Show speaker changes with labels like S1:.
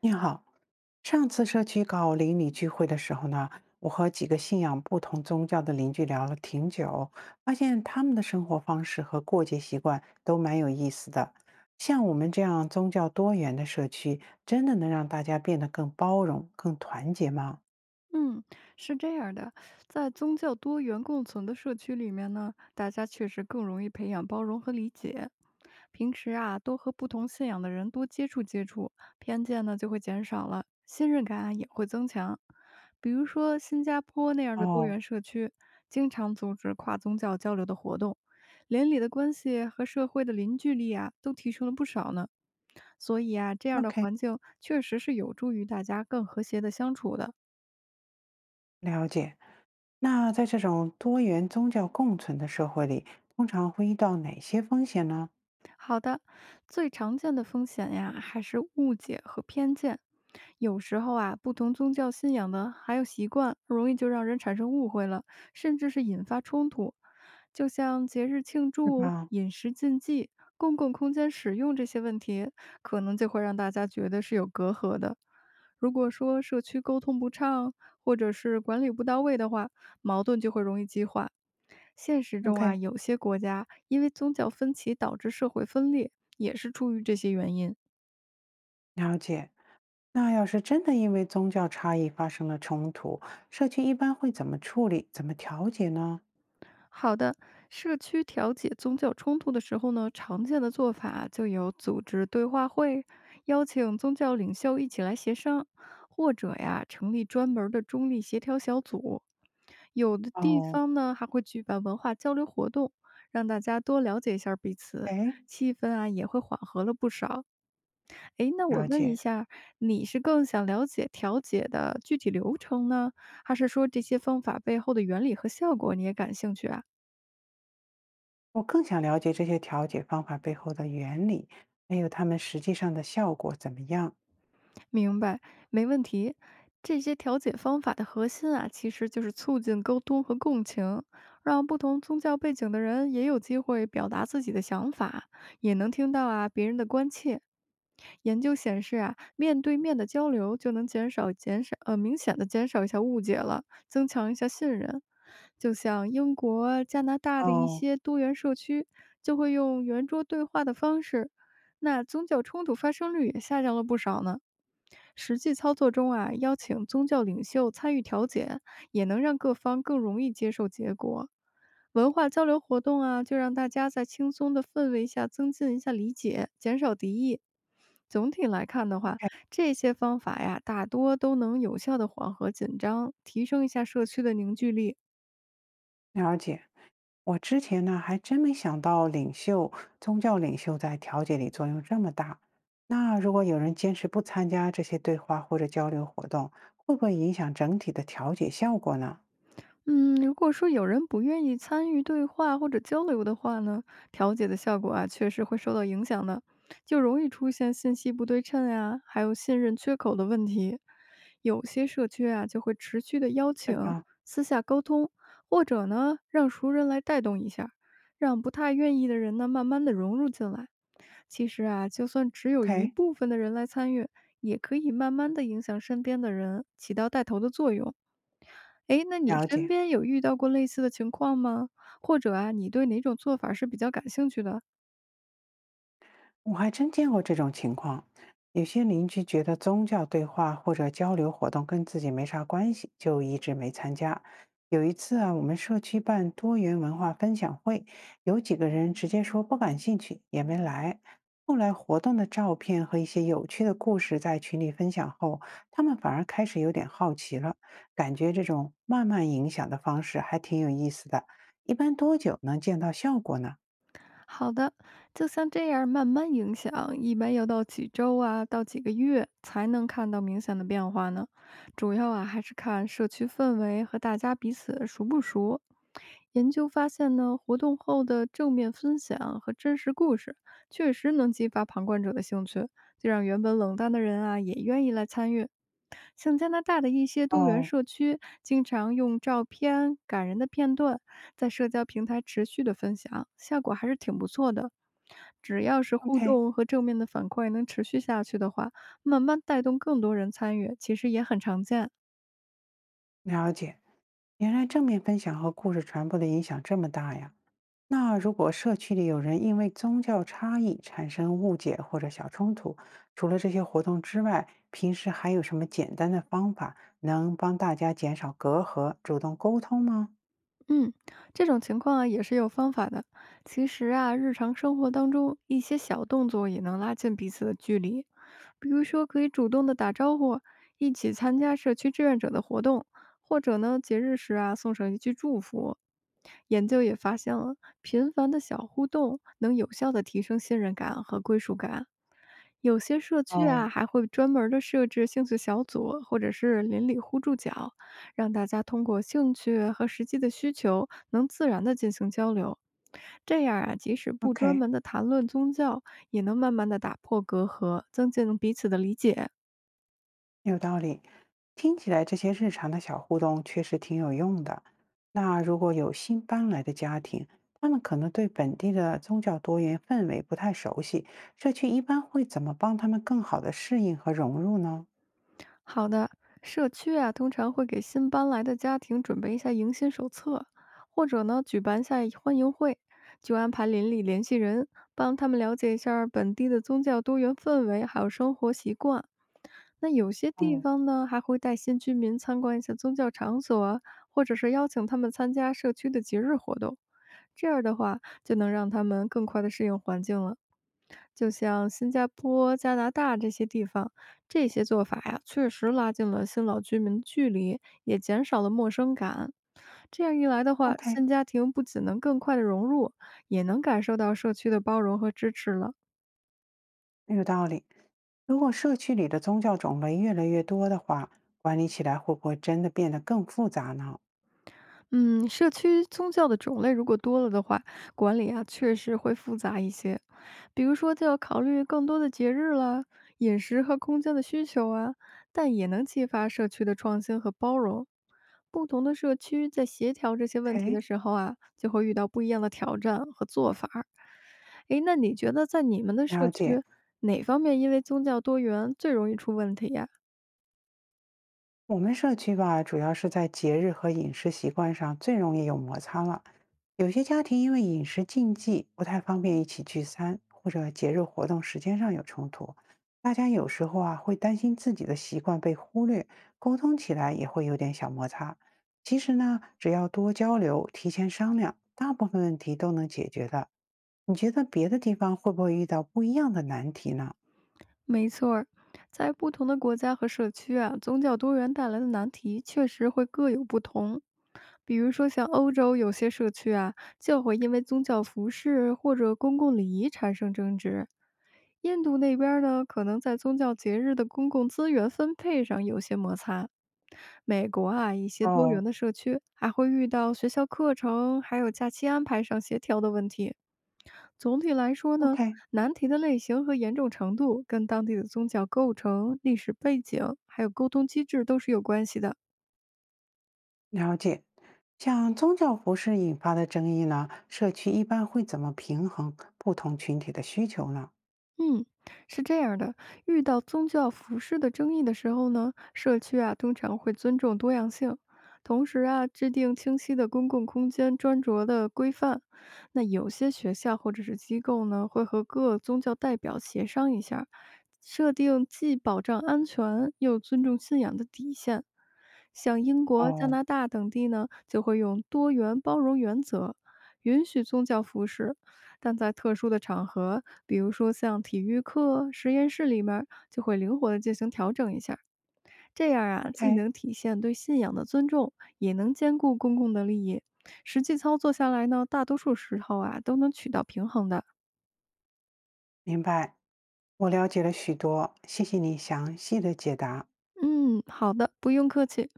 S1: 你好，上次社区搞邻里聚会的时候呢，我和几个信仰不同宗教的邻居聊了挺久，发现他们的生活方式和过节习惯都蛮有意思的。像我们这样宗教多元的社区，真的能让大家变得更包容、更团结吗？
S2: 嗯，是这样儿的，在宗教多元共存的社区里面呢，大家确实更容易培养包容和理解。平时啊，多和不同信仰的人多接触接触，偏见呢就会减少了，信任感啊也会增强。比如说新加坡那样的多
S1: 哦
S2: 元社区，经常组织跨宗教交流的活动，邻里的关系和社会的凝聚力啊都提升了不少呢。所以啊，这样的
S1: ，OK，
S2: 环境确实是有助于大家更和谐的相处的。
S1: 了解。那在这种多元宗教共存的社会里，通常会遇到哪些风险呢？
S2: 好的，最常见的风险呀，还是误解和偏见。有时候啊，不同宗教信仰的还有习惯，容易就让人产生误会了，甚至是引发冲突。就像节日庆
S1: 是
S2: 祝、
S1: 吧
S2: 饮食禁忌、公共空间使用这些问题，可能就会让大家觉得是有隔阂的。如果说社区沟通不畅，或者是管理不到位的话，矛盾就会容易激化。现实中啊，
S1: ？OK，
S2: 有些国家因为宗教分歧导致社会分裂，也是出于这些原因。
S1: 了解。那要是真的因为宗教差异发生了冲突，社区一般会怎么处理、怎么调解呢？
S2: 好的，社区调解宗教冲突的时候呢，常见的做法啊就有组织对话会，邀请宗教领袖一起来协商，或者呀，成立专门儿的中立协调小组。有的地
S1: 哦，
S2: 方呢，还会举办文化交流活动，让大家多了解一下儿彼此，
S1: 哎，
S2: 气氛啊也会缓和了不少。诶，那我
S1: 了
S2: 问一
S1: 解。
S2: 下，你是更想了解调解的具体流程呢，还是说这些方法背后的原理和效果你也感兴趣啊？
S1: 我更想了解这些调解方法背后的原理，还有他们实际上的效果怎么样。
S2: 明白，没问题。这些调解方法的核心啊，其实就是促进沟通和共情，让不同宗教背景的人也有机会表达自己的想法，也能听到啊别人的关切。研究显示啊，面对面的交流就能减少减少呃明显的减少一下误解了，增强一下信任。就像英国、加拿大的一
S1: 哦
S2: 些多元社区，就会用圆桌对话的方式那宗教冲突发生率也下降了不少呢。实际操作中啊，邀请宗教领袖参与调解，也能让各方更容易接受结果。文化交流活动啊，就让大家在轻松的氛围下增进一下理解，减少敌意。总体来看的话，
S1: ，OK，
S2: 这些方法呀，大多都能有效的缓和紧张，提升一下社区的凝聚力。
S1: 了解。我之前呢还真没想到领袖、宗教领袖在调解里作用这么大。那如果有人坚持不参加这些对话或者交流活动，会不会影响整体的调解效果呢？
S2: 嗯，如果说有人不愿意参与对话或者交流的话呢，调解的效果啊，确实会受到影响的，就容易出现信息不对称呀，还有信任缺口的问题。有些社区啊，就会持续的邀
S1: 对
S2: 请
S1: 吧
S2: 私下沟通，或者呢，让熟人来带动一下，让不太愿意的人呢，慢慢的融入进来。其实啊，就算只有一
S1: ？OK，
S2: 部分的人来参与，也可以慢慢的影响身边的人，起到带头的作用。诶，那你
S1: 了
S2: 身
S1: 解，
S2: 边有遇到过类似的情况吗？或者啊，你对哪种做法是比较感兴趣的？
S1: 我还真见过这种情况。有些邻居觉得宗教对话或者交流活动跟自己没啥关系，就一直没参加。有一次啊，我们社区办多元文化分享会，有几个人直接说不感兴趣，也没来。后来活动的照片和一些有趣的故事在群里分享后，他们反而开始有点好奇了，感觉这种慢慢影响的方式还挺有意思的。一般多久能见到效果呢？
S2: 好的，就像这样慢慢影响，一般要到几周啊，到几个月才能看到明显的变化呢。主要啊还是看社区氛围和大家彼此熟不熟。研究发现呢，活动后的正面分享和真实故事，确实能激发旁观者的兴趣，就让原本冷淡的人啊也愿意来参与。像加拿大的一些多元
S1: 哦
S2: 社区，经常用照片、感人的片段在社交平台持续的分享，效果还是挺不错的。只要是互
S1: ，OK，
S2: 动和正面的反馈能持续下去的话，慢慢带动更多人参与，其实也很常见。
S1: 了解，原来正面分享和故事传播的影响这么大呀。那如果社区里有人因为宗教差异产生误解或者小冲突，除了这些活动之外，平时还有什么简单的方法能帮大家减少隔阂，主动沟通吗？
S2: 嗯，这种情况啊也是有方法的。其实啊，日常生活当中一些小动作也能拉近彼此的距离，比如说可以主动的打招呼，一起参加社区志愿者的活动，或者呢节日时啊送上一句祝福。研究也发现了，频繁的小互动能有效的提升信任感和归属感。有些社区啊
S1: 哦
S2: 还会专门的设置兴趣小组或者是邻里互助角，让大家通过兴趣和实际的需求，能自然的进行交流。这样啊，即使不专
S1: ，OK。
S2: 门的谈论宗教，也能慢慢的打破隔阂，增进彼此的理解。
S1: 有道理，听起来这些日常的小互动确实挺有用的。那如果有新搬来的家庭，他们可能对本地的宗教多元氛围不太熟悉，社区一般会怎么帮他们更好的适应和融入呢？
S2: 好的，社区啊，通常会给新搬来的家庭准备一下迎新手册，或者呢，举办一下欢迎会，就安排邻里联系人，帮他们了解一下儿本地的宗教多元氛围，还有生活习惯。那有些地
S1: 哦
S2: 方呢，还会带新居民参观一下宗教场所啊，或者是邀请他们参加社区的节日活动。这样儿的话，就能让他们更快的适应环境了。就像新加坡、加拿大这些地方，这些做法呀，确实拉近了新老居民的距离，也减少了陌生感。这样一来的话，
S1: ，OK，
S2: 新家庭不仅能更快的融入，也能感受到社区的包容和支持了。
S1: 有道理。如果社区里的宗教种类越来越多的话，管理起来会不会真的变得更复杂呢
S2: 嗯，社区宗教的种类如果多了的话，管理啊确实会复杂一些。比如说，就要考虑更多的节日啦、饮食和空间的需求啊，但也能激发社区的创新和包容。不同的社区在协调这些问题
S1: ？OK，
S2: 的时候啊，就会遇到不一样的挑战和做法儿。诶，那你觉得在你们的社
S1: 了解。
S2: 区哪方面因为宗教多元最容易出问题呀、
S1: 我们社区吧，主要是在节日和饮食习惯上最容易有摩擦了。有些家庭因为饮食禁忌不太方便一起聚餐，或者节日活动时间上有冲突，大家有时候啊会担心自己的习惯被忽略，沟通起来也会有点小摩擦。其实呢，只要多交流，提前商量，大部分问题都能解决的。你觉得别的地方会不会遇到不一样的难题呢？
S2: 没错儿在不同的国家和社区啊，宗教多元带来的难题确实会各有不同。比如说，像欧洲有些社区啊，就会因为宗教服饰或者公共礼仪产生争执；印度那边儿呢，可能在宗教节日的公共资源分配上有些摩擦。美国啊，一些多元
S1: 哦
S2: 的社区还会遇到学校课程还有假期安排上协调的问题。总体来说呢，
S1: ，OK，
S2: 难题的类型和严重程度跟当地的宗教构成、历史背景，还有沟通机制都是有关系的。
S1: 了解，像宗教服饰引发的争议呢，社区一般会怎么平衡不同群体的需求呢？
S2: 嗯，是这样的，遇到宗教服饰的争议的时候呢，社区啊通常会尊重多样性，同时啊制定清晰的公共空间穿着的规范。那有些学校或者是机构呢，会和各宗教代表协商一下设定既保障安全又尊重信仰的底线。像英国、加
S1: 哦
S2: 拿大等地呢，就会用多元包容原则，允许宗教服饰，但在特殊的场合，比如说像体育课、实验室里面儿就会灵活的进行调整一下儿这样啊，既
S1: ，OK，
S2: 能体现对信仰的尊重，也能兼顾公共的利益。实际操作下来呢，大多数时候啊都能取到平衡的。
S1: 明白，我了解了许多，谢谢你详细的解答。
S2: 嗯，好的，不用客气。